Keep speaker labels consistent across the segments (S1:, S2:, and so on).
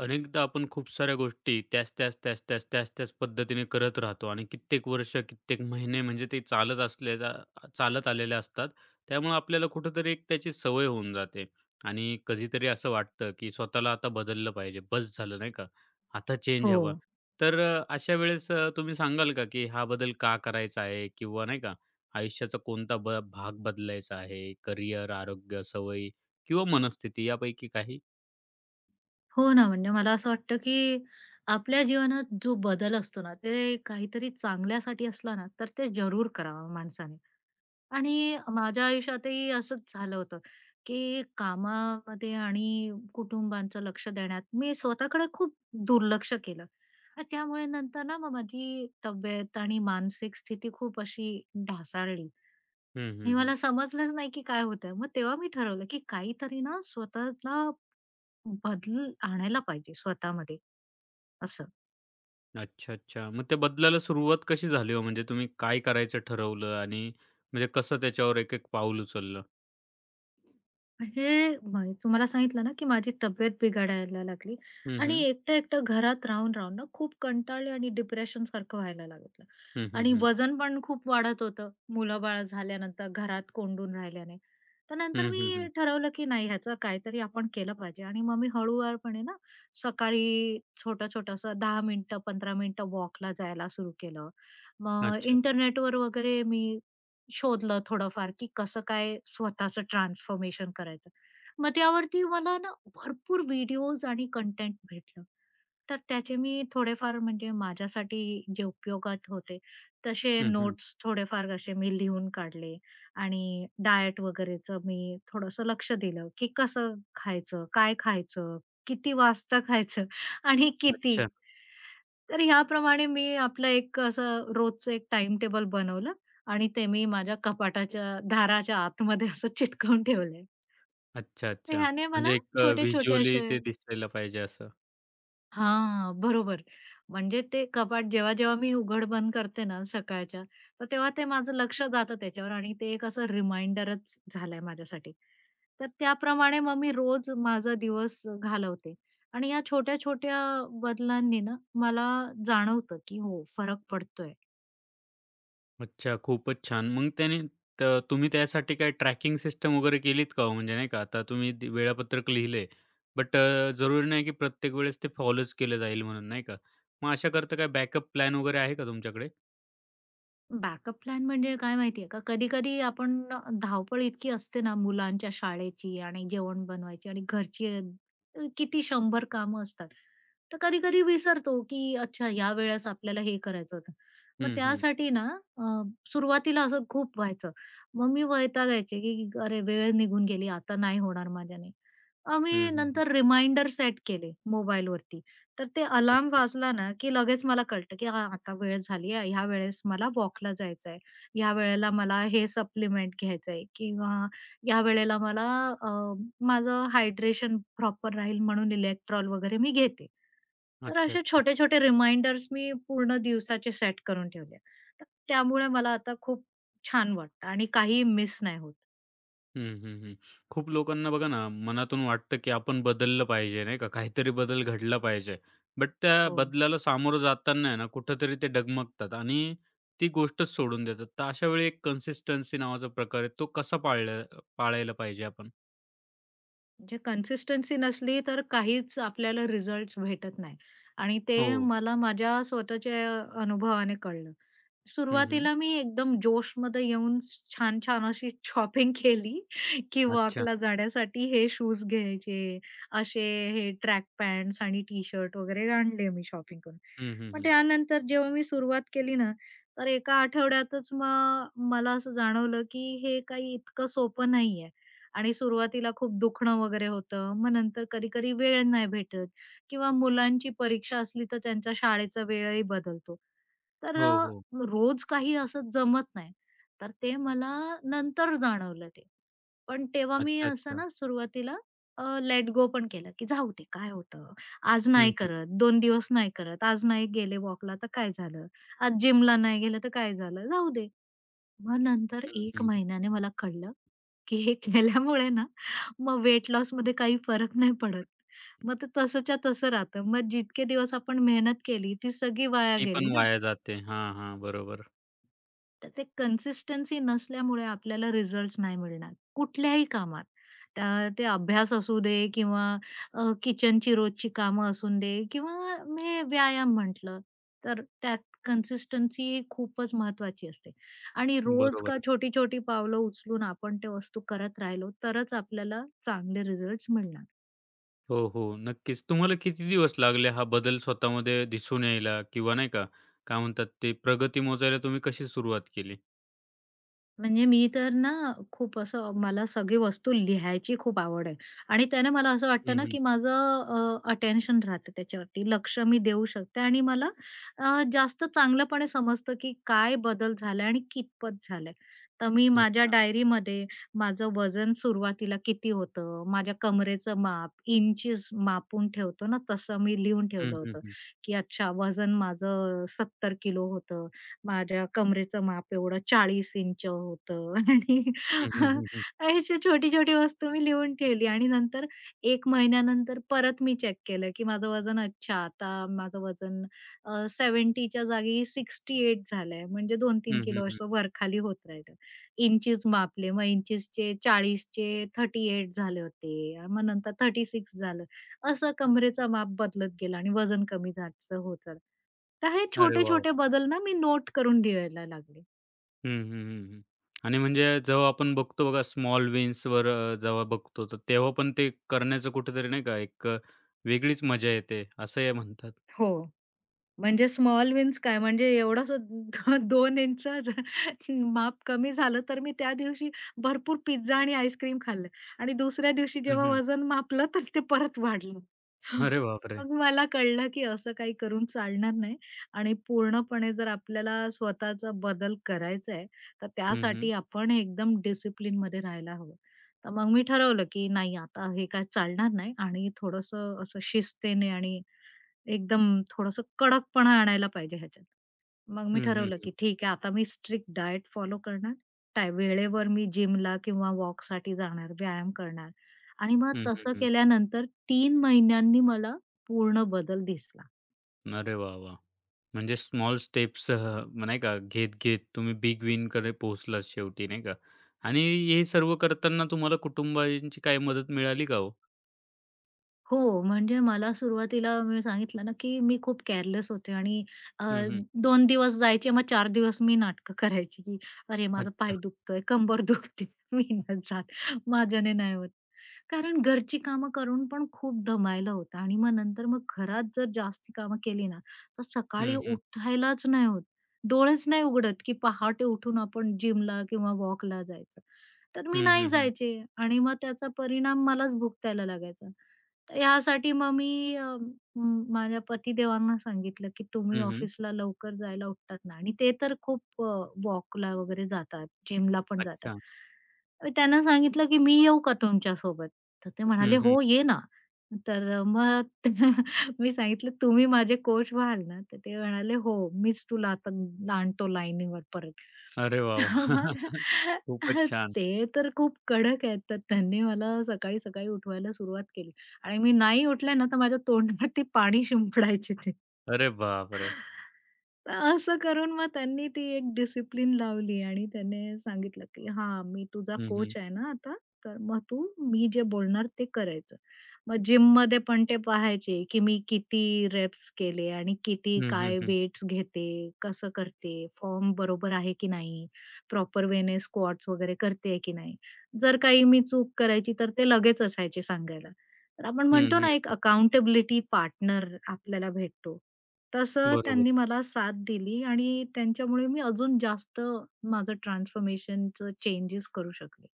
S1: अनेकदा आपण खूप साऱ्या गोष्टी त्याच त्याच त्याच त्याच त्याच त्याच पद्धतीने करत राहतो आणि कित्येक वर्ष, कित्येक महिने म्हणजे ते चालत आलेल्या असतात. त्यामुळे आपल्याला कुठेतरी एक त्याची सवय होऊन जाते आणि कधीतरी असं वाटतं, की स्वतःला आता बदललं पाहिजे. बस झालं नाही का? आता चेंज
S2: हो.
S1: हवा. तर अशा वेळेस तुम्ही सांगाल का, की हा बदल का करायचा आहे? किंवा नाही का आयुष्याचा कोणता भाग बदलायचा आहे? करियर, आरोग्य, सवयी किंवा मनस्थिती यापैकी काही?
S2: हो ना, म्हणजे मला असं वाटतं, की आपल्या जीवनात जो बदल असतो ना, ते काहीतरी चांगल्यासाठी असला ना, तर ते जरूर करावं माणसाने. आणि माझ्या आयुष्यातही असंच झालं होतं, की कामामध्ये आणि कुटुंबाचं लक्ष देण्यात मी स्वतःकडे खूप दुर्लक्ष केलं. आणि त्यामुळे नंतर ना, मग माझी तब्येत आणि मानसिक स्थिती खूप अशी ढासाळली.
S1: हं,
S2: हे
S1: हं, हं.
S2: मला समजलंच नाही, की काय होतंय. मग तेव्हा मी ठरवलं, की काहीतरी ना स्वतःला बदल आणायला पाहिजे स्वतःमध्ये. असं.
S1: अच्छा, अच्छा. मग ते बदलायला सुरुवात कशी झाली हो? म्हणजे तुम्ही काय करायचं ठरवलं आणि म्हणजे कसं त्याच्यावर एक एक पाऊल उचललं?
S2: म्हणजे तुम्हाला सांगितलं ना, की माझी तब्येत बिघडायला लागली
S1: हं,
S2: आणि
S1: हं.
S2: एकटं-एकटं घरात राहून-राहून ना खूप कंटाळले आणि डिप्रेशनसारखं व्हायला लागलं
S1: हं, हं,
S2: आणि
S1: हं.
S2: वजन पण खूप वाढत होतं. मुलं-बाळ झाल्यानंतर घरात कोंडून राहिल्याने. तर नंतर
S1: हं, हं,
S2: मी
S1: हं.
S2: ठरवलं, की नाही ह्याचं काहीतरी आपण केलं पाहिजे आणि मग मी हळूवारपणे ना सकाळी छोटं-छोटं असं मिनिटं, 15 मिनिटं वॉकला जायला सुरू केलं. मग
S1: अच्छा.
S2: इंटरनेटवर वगैरे मी शोधलं थोडंफार, की कसं काय स्वतःचं ट्रान्सफॉर्मेशन करायचं. मग त्यावरती मला ना भरपूर व्हिडिओज आणि कंटेंट भेटलं. तर त्याचे मी थोडेफार म्हणजे माझ्यासाठी जे उपयोगात होते, तसे
S1: हं, हं.
S2: नोट्स थोडेफार असे मी लिहून काढले आणि डायट वगैरेचं मी थोडंसं लक्ष दिलं, की कसं खायचं, काय खायचं, किती वाजता खायचं आणि किती.
S1: अच्छा.
S2: तर ह्याप्रमाणे मी आपलं एक असं रोजचं एक टाईमटेबल बनवलं आणि ते मी माझ्या कपाटाच्या दाराच्या आतमध्ये असं चिटकवून ठेवलंय.
S1: अच्छा,
S2: तर
S1: अच्छा.
S2: ह्याने मला
S1: म्हणजे एक
S2: छोटे-छोटे
S1: व्हिज्युअली
S2: असे
S1: ते दिसायला पाहिजे असं.
S2: हां, बरोबर. म्हणजे ते कपाट जेव्हा-जेव्हा मी उघड-बंद करते ना सकाळच्या, तर तेव्हा ते माझं लक्ष जातं त्याच्यावर आणि ते एक असं रिमाइंडरच झालंय माझ्यासाठी. तर त्याप्रमाणे मग मी रोज माझा दिवस घालवते आणि या छोट्या-छोट्या बदलांनी ना मला जाणवतं, की हो फरक पडतोय.
S1: अच्छा, खूपच छान. मग त्याने त तुम्ही त्यासाठी काही ट्रॅकिंग सिस्टम वगैरे केलीत का हो? म्हणजे नाही का आता तुम्ही ते वेळापत्रक लिहिले, बट जरुरी नाही की प्रत्येक वेळेस ते फॉलोच केलं जाईल म्हणून, नाही का? मग अशाकरता काय बॅकअप प्लॅन वगैरे आहे का तुमच्याकडे?
S2: बॅकअप प्लॅन म्हणजे काय माहितीये का, कधी-कधी आपण धावपळ इतकी असते ना मुलांच्या शाळेची आणि जेवण बनवायची आणि घरची किती 100 कामं असतात. तर कधी-कधी विसरतो, की अच्छा ह्या वेळेस आपल्याला हे करायचं होतं. मग
S1: हं, हं.
S2: त्यासाठी ना अ, सुरुवातीला असं खूप व्हायचं. मग मी वैतागायचे, की "अरे वेळ निघून गेली, आता नाही होणार माझ्याने."
S1: हं,
S2: मी
S1: हं, हं.
S2: नंतर रिमाइंडर सेट केले मोबाईलवरती. तर ते अलार्म
S1: अच्छा.
S2: वाजला ना, की लगेच मला कळतं, की हां, आता वेळ झाली आहे. ह्या वेळेस मला वॉकला जायचं आहे. ह्या वेळेला मला हे सप्लिमेंट घ्यायचं आहे किंवा ह्या वेळेला मला अ, माझं हायड्रेशन प्रॉपर राहील म्हणून इलेक्ट्रॉल वगैरे मी घेते. तर
S1: अच्छा,
S2: असे
S1: अच्छा.
S2: छोटे-छोटे रिमाइंडर्स मी पूर्ण दिवसाचे सेट करून ठेवले. तर त्यामुळे मला आता खूप छान वाटतं आणि काहीही मिस नाही होत.
S1: हं, हं, हं. खूप लोकांना बघा ना, मनातून वाटतं की आपण बदललं पाहिजे, नाही का? काहीतरी बदल घडला पाहिजे. बट त्या
S2: हो.
S1: बदलाला सामोरं जाताना आहे ना, कुठेतरी ते डगमगतात आणि ती गोष्टच सोडून देतात. तर अशा वेळी एक कन्सिस्टन्सी नावाचा प्रकार आहे, तो कसा पाळला पाळायला पाहिजे आपण?
S2: म्हणजे कन्सिस्टन्सी नसली तर काहीच आपल्याला रिझल्ट्स भेटत नाही आणि ते
S1: हो.
S2: मला माझ्या स्वतःच्या अनुभवाने कळलं.
S1: हं, हं.
S2: सुरुवातीला मी एकदम जोशमध्ये येऊन छान-छान अशी शॉपिंग केली, की
S1: अच्छा.
S2: वॉकला जाण्यासाठी हे शूज घ्यायचे, असे हे ट्रॅक पॅन्ट्स आणि टी-शर्ट वगैरे आणले मी शॉपिंग करून.
S1: हं, हं,
S2: पण
S1: हं.
S2: त्यानंतर जेव्हा मी सुरुवात केली ना, तर एका आठवड्यातच मग मला असं जाणवलं, की हे काही इतकं सोपं नाहीये. आणि सुरुवातीला खूप दुखणं वगैरे होतं. मग नंतर कधी-कधी वेळ नाही भेटत किंवा मुलांची परीक्षा असली तर त्यांच्या शाळेचा वेळही बदलतो. तर
S1: हो, हो.
S2: रोज काही असं जमत नाही. तर ते मला नंतर जाणवलं ते. पण तेव्हा मी
S1: अच्छा,
S2: असं
S1: अच्छा.
S2: ना सुरुवातीला लेट गो पण केलं, की जाऊ दे काय होतं? आज
S1: हं,
S2: नाही
S1: हं,
S2: करत, 2 दिवस नाही करत, आज नाही गेले वॉकला तर काय झालं? आज जिमला नाही गेलं तर काय झालं? जाऊ दे. मग नंतर
S1: हं,
S2: 1
S1: हं, हं.
S2: महिन्याने मला कळलं, की हे केल्यामुळे ना, मग वेट लॉसमध्ये काही फरक नाही पडत. मग ते तसंच्या तसं राहतं. मग जितके दिवस आपण मेहनत केली, ती सगळी वाया
S1: ती पण
S2: गेली ना.
S1: वाया जाते. हां, हां. बरोबर.
S2: तर ते कन्सिस्टन्सी नसल्यामुळे आपल्याला रिझल्ट्स नाही मिळणार कुठल्याही कामात. त्या ते अभ्यास असू दे किंवा किचनची रोजची कामं असू दे किंवा मी व्यायाम म्हटलं, तर त्यात कन्सिस्टन्सी खूपच महत्वाची असते. आणि रोज का
S1: बरोबर.
S2: छोटी-छोटी पावलं उचलून आपण त्या वस्तू करत राहिलो तरच आपल्याला चांगले रिझल्ट्स मिळणार.
S1: हो, हो. नक्कीच. तुम्हाला किती दिवस लागले हा बदल स्वतःमध्ये दिसून यायला किंवा नाही का, काय म्हणतात ते प्रगती मोजायला तुम्ही कशी सुरुवात केली?
S2: म्हणजे मी तर ना खूप असं मला सगळी वस्तू लिहायची खूप आवड आहे आणि त्याने मला असं वाटतं
S1: हं,
S2: ना
S1: हं.
S2: की माझं अटेन्शन राहतं त्याच्यावरती लक्ष मी देऊ शकते आणि मला जास्त चांगलंपणे समजतं की काय बदल झालाय आणि कितपत झालाय. तर मी माझ्या
S1: अच्छा.
S2: डायरीमध्ये माझं वजन सुरुवातीला किती होतं, माझ्या कमरेचं माप, इंचीस मापून ठेवतो ना तसं मी लिहून
S1: हं,
S2: ठेवलं
S1: हं,
S2: होतं,
S1: हं.
S2: की अच्छा वजन माझं 70 किलो होतं माझ्या कमरेचं माप एवढं 40 इंच होतं
S1: हं, हं, हं, हं.
S2: आणि अशी छोटी-छोटी वस्तू मी लिहून ठेवली आणि नंतर 1 महिन्यानंतर परत मी चेक केलं, की माझं वजन अच्छा आता माझं वजन 70च्या जागी 68 झालंय म्हणजे दोन तीन
S1: हं,
S2: किलो
S1: हं,
S2: असं वरखाली होत राहिलं. इंचीज मापले, मग इंचीसचे 40चे 38 झाले होते. मग नंतर 36 झालं. असं कमरेचं माप बदलत गेलं आणि वजन कमी जास्त होत तर हे
S1: अरे वाह!
S2: छोटे-छोटे
S1: वाह!
S2: बदल ना मी नोट करून ठेवायला लागले.
S1: हं, हं, हं, हं. आणि म्हणजे जेव्हा आपण बघतो बघा स्मॉल विन्सवर जेव्हा बघतो, तर तेव्हा पण ते करण्याचं कुठेतरी नाही का एक वेगळीच मजा येते, असंही म्हणतात.
S2: हो. म्हणजे स्मॉल विन्स काय म्हणजे एवढासा 2 इंचच माप कमी झालं, तर मी त्या दिवशी भरपूर पिझ्झा आणि आईस्क्रीम खाल्लं आणि दुसऱ्या दिवशी
S1: हं,
S2: जेव्हा
S1: हं.
S2: वजन मापलं, तर ते परत वाढलं.
S1: अरे बापरे!
S2: मग मला कळलं, की असं काही करून चालणार नाही आणि पूर्णपणे जर आपल्याला स्वतःचा बदल करायचा आहे, तर
S1: हं, हं.
S2: त्यासाठी आपण एकदम डिसिप्लिनमध्ये राहायला हवं. तर मग मी ठरवलं, की नाही आता हे काय चालणार नाही आणि थोडंसं असं शिस्तीने आणि एकदम थोडंसं कडकपणा आणायला पाहिजे ह्याच्यात. मग मी
S1: हं, हं,
S2: ठरवलं,
S1: हं.
S2: की ठीक आहे आता मी स्ट्रिक्ट डाएट फॉलो करणार. टाय वेळेवर मी जिमला किंवा वॉकसाठी जाणार, व्यायाम करणार आणि मग
S1: हं, हं,
S2: तसं
S1: हं.
S2: केल्यानंतर 3 महिन्यांनी मला पूर्ण बदल दिसला.
S1: अरे वाह! वाह! म्हणजे स्मॉल स्टेप्स नाही का, घेत-घेत तुम्ही बिग विनकडे पोहोचलात शेवटी, नाही का? आणि हे सर्व करताना तुम्हाला कुटुंबाची काही मदत मिळाली का हो?
S2: हो, म्हणजे मला सुरुवातीला मी सांगितलं ना, की मी खूप केअरलेस होते आणि अ,
S1: हं, हं.
S2: 2 दिवस जायचे, मग 4 दिवस मी नाटकं करायची, की "अरे, माझा
S1: अच्छा.
S2: पाय दुखतोय, कंबर दुखते, मी नाही जात, माझ्याने नाही होत." कारण घरची कामं करून पण खूप दमायला होतं आणि मग नंतर मग घरात जर जास्ती कामं केली ना, तर सकाळी
S1: हं, हं.
S2: उठायलाच नाही होत. डोळेच नाही उघडत, की पहाटे उठून आपण जिमला किंवा वॉकला जायचं. तर मी
S1: हं,
S2: नाही
S1: हं, हं.
S2: जायचे आणि मग त्याचा परिणाम मलाच भुगतायला लागायचा. तर ह्यासाठी मग मी अ, माझ्या पतिदेवांना सांगितलं, की "तुम्ही
S1: हं, हं.
S2: ऑफिसला लवकर जायला उठतात ना" आणि ते तर खूप वॉकला वगैरे जातात, जिमला पण जातात.
S1: अच्छा.
S2: तर त्यांना सांगितलं, "की मी येऊ का तुमच्यासोबत?" तर ते
S1: हं,
S2: म्हणाले,
S1: हं.
S2: "हो, ये ना." तर मग मी सांगितलं, "तुम्ही माझे कोच व्हाल ना?" तर ते म्हणाले, "हो, मीच तुला आता आणतो लाईनीवर परत."
S1: अरे वाह, वाह!
S2: मग
S1: खूपच छान.
S2: ते तर खूप कडक आहेत. तर त्यांनी मला सकाळी-सकाळी उठवायला सुरुवात केली आणि मी नाही उठले ना, तर माझ्या तोंडात ते पाणी शिंपडायचे ते.
S1: अरे बापरे!
S2: तर असं करून मग त्यांनी ती एक डिसिप्लिन लावली आणि त्याने सांगितलं, की "हां, मी तुझा
S1: हं, हं.
S2: कोच आहे ना आता, तर मग तू मी जे बोलणार ते करायचं." मग जिममध्ये पण ते पाहायचे, की मी किती रेप्स केले आणि किती
S1: हं, हं,
S2: काय
S1: हं.
S2: वेट्स घेते, कसं करते, फॉर्म बरोबर आहे की नाही, प्रॉपर वेने स्क्वॉट्स वगैरे करते की नाही. जर काही मी चूक करायची तर ते लगेच असायचे सांगायला. तर आपण
S1: हं,
S2: म्हणतो
S1: हं.
S2: ना, एक अकाउंटेबिलिटी पार्टनर आपल्याला भेटतो, तसं
S1: बरोबर.
S2: त्यांनी मला साथ दिली आणि त्यांच्यामुळे मी अजून जास्त माझं ट्रान्सफॉर्मेशनचं चेंजेस करू शकले.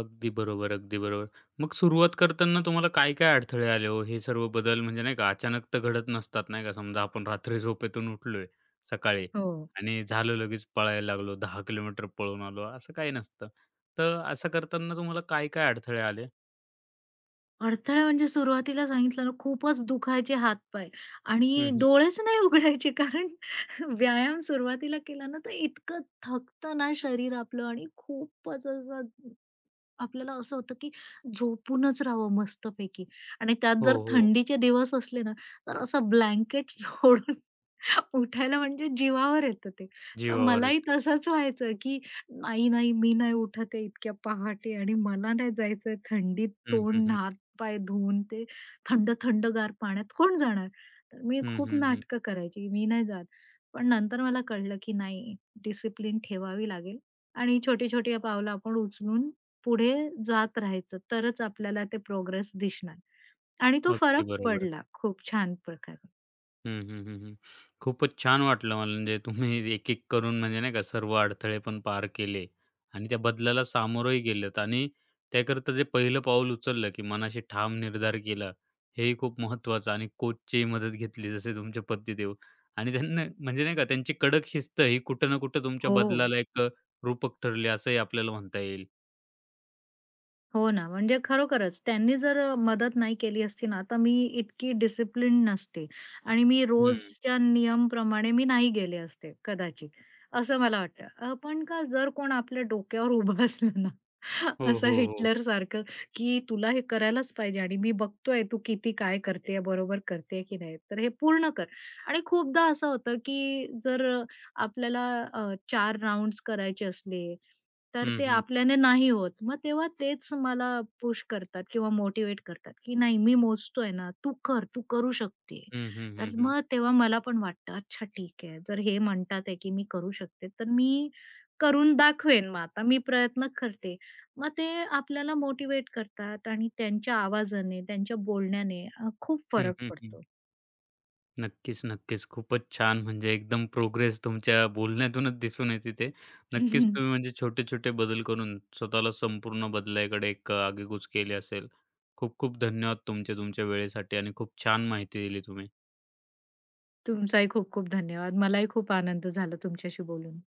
S1: अगदी बरोबर, अगदी बरोबर. मग सुरुवात करताना तुम्हाला काय-काय अडथळे आले हो? हे सर्व बदल म्हणजे नाही का अचानक तर घडत नसतात नाही का. समजा आपण रात्री झोपेतून उठलोय सकाळी
S2: हो.
S1: आणि झालं लगेच पळायला लागलो 10 किलोमीटर पळून आलो असं काही नसतं. तर असं करताना तुम्हाला काय-काय अडथळे आले?
S2: अडथळा म्हणजे सुरुवातीला सांगितलं ना, खूपच दुखायचे हात-पाय
S1: हं,
S2: आणि
S1: हं.
S2: डोळेच नाही उघडायचे कारण व्यायाम सुरुवातीला केला ना, तर इतकं थकतं ना शरीर आपलं आणि खूपच असं आपल्याला असं होतं, की झोपूनच राहावं मस्तपैकी आणि त्यात
S1: हो,
S2: जर
S1: हो.
S2: थंडीचे दिवस असले ना, तर असं ब्लँकेट सोडून उठायला म्हणजे जीवावर येतं ते. तर
S1: जीवावर
S2: मलाही
S1: येतं.
S2: तसंच व्हायचं, की नाही, मी नाही उठत आहे इतक्या पहाटे आणि मला नाही जायचंय थंडीत
S1: हं, हं,
S2: तोंड,
S1: हं.
S2: हात-पाय धुवून ते थंडगार पाण्यात कोण जाणार? तर मी
S1: हं,
S2: खूप
S1: हं, हं.
S2: नाटकं करायची, मी नाही जात. पण नंतर मला कळलं, की नाही डिसिप्लिन ठेवावी लागेल आणि छोटी-छोटी पावलं आपण उचलून पुढे जात राहायचं, तरच आपल्याला ते प्रोग्रेस दिसणार आणि तो
S1: अगदी
S2: फरक
S1: बरोबर.
S2: पडला खूप छान प्रकारे.
S1: हं, हं, हं, हं. खूपच छान वाटलं मला म्हणजे तुम्ही एक-एक करून म्हणजे नाही का सर्व अडथळे पण पार केले आणि त्या बदलाला सामोरंही गेलेत आणि त्याकरता जे पहिलं पाऊल उचललं, की मनाशी ठाम निर्धार केला, हेही खूप महत्त्वाचं आणि कोचचीही मदत घेतली जसे तुमचे पतिदेव आणि त्यांना म्हणजे नाही का त्यांची कडक शिस्त ही कुठं ना कुठं तुमच्या
S2: हो.
S1: बदलाला एक रूपक ठरली असंही आपल्याला म्हणता येईल.
S2: हो ना, म्हणजे खरोखरच त्यांनी जर मदत नाही केली असती ना, तर मी इतकी डिसिप्लिन नसते आणि मी
S1: हं.
S2: रोजच्या नियमप्रमाणे मी नाही गेले असते कदाचित, असं मला वाटतं. पण का जर कोण आपल्या डोक्यावर उभं असलं ना,
S1: हो,
S2: असं
S1: हो, हो.
S2: हिटलरसारखं, की तुला हे करायलाच पाहिजे आणि मी बघतोय तू किती काय करतेय, बरोबर करतेय की नाही, तर हे पूर्ण कर. आणि खूपदा असं होतं, की जर आपल्याला 4 राउंड्स करायचे असले तर
S1: हं,
S2: ते
S1: हं.
S2: आपल्याने नाही होत. मग तेव्हा तेच मला पुश करतात किंवा मोटिव्हेट करतात, की नाही मी मोजतोय ना, तू कर, तू करू शकते.
S1: हं, हं, हं,
S2: तर
S1: हं.
S2: मग तेव्हा मला पण वाटतं, अच्छा ठीक आहे. जर हे म्हणतात आहे, की मी करू शकते, तर मी करून दाखवेन मग आता. मी प्रयत्न करते. मग ते आपल्याला मोटिव्हेट करतात आणि त्यांच्या आवाजाने, त्यांच्या बोलण्याने खूप
S1: हं,
S2: फरक
S1: हं, हं.
S2: पडतो.
S1: नक्कीच, नक्कीच. खूपच छान म्हणजे एकदम प्रोग्रेस तुमच्या बोलण्यातूनच दिसून येते ते. नक्कीच तुम्ही म्हणजे छोटे-छोटे बदल करून स्वतःला संपूर्ण बदलाकडे एक आगेकूच केली असेल. खूप खूप धन्यवाद तुमचे, तुमच्या वेळेसाठी आणि खूप छान माहिती दिली तुम्ही.
S2: तुमचाही खूप खूप धन्यवाद. मलाही खूप आनंद झाला तुमच्याशी बोलून.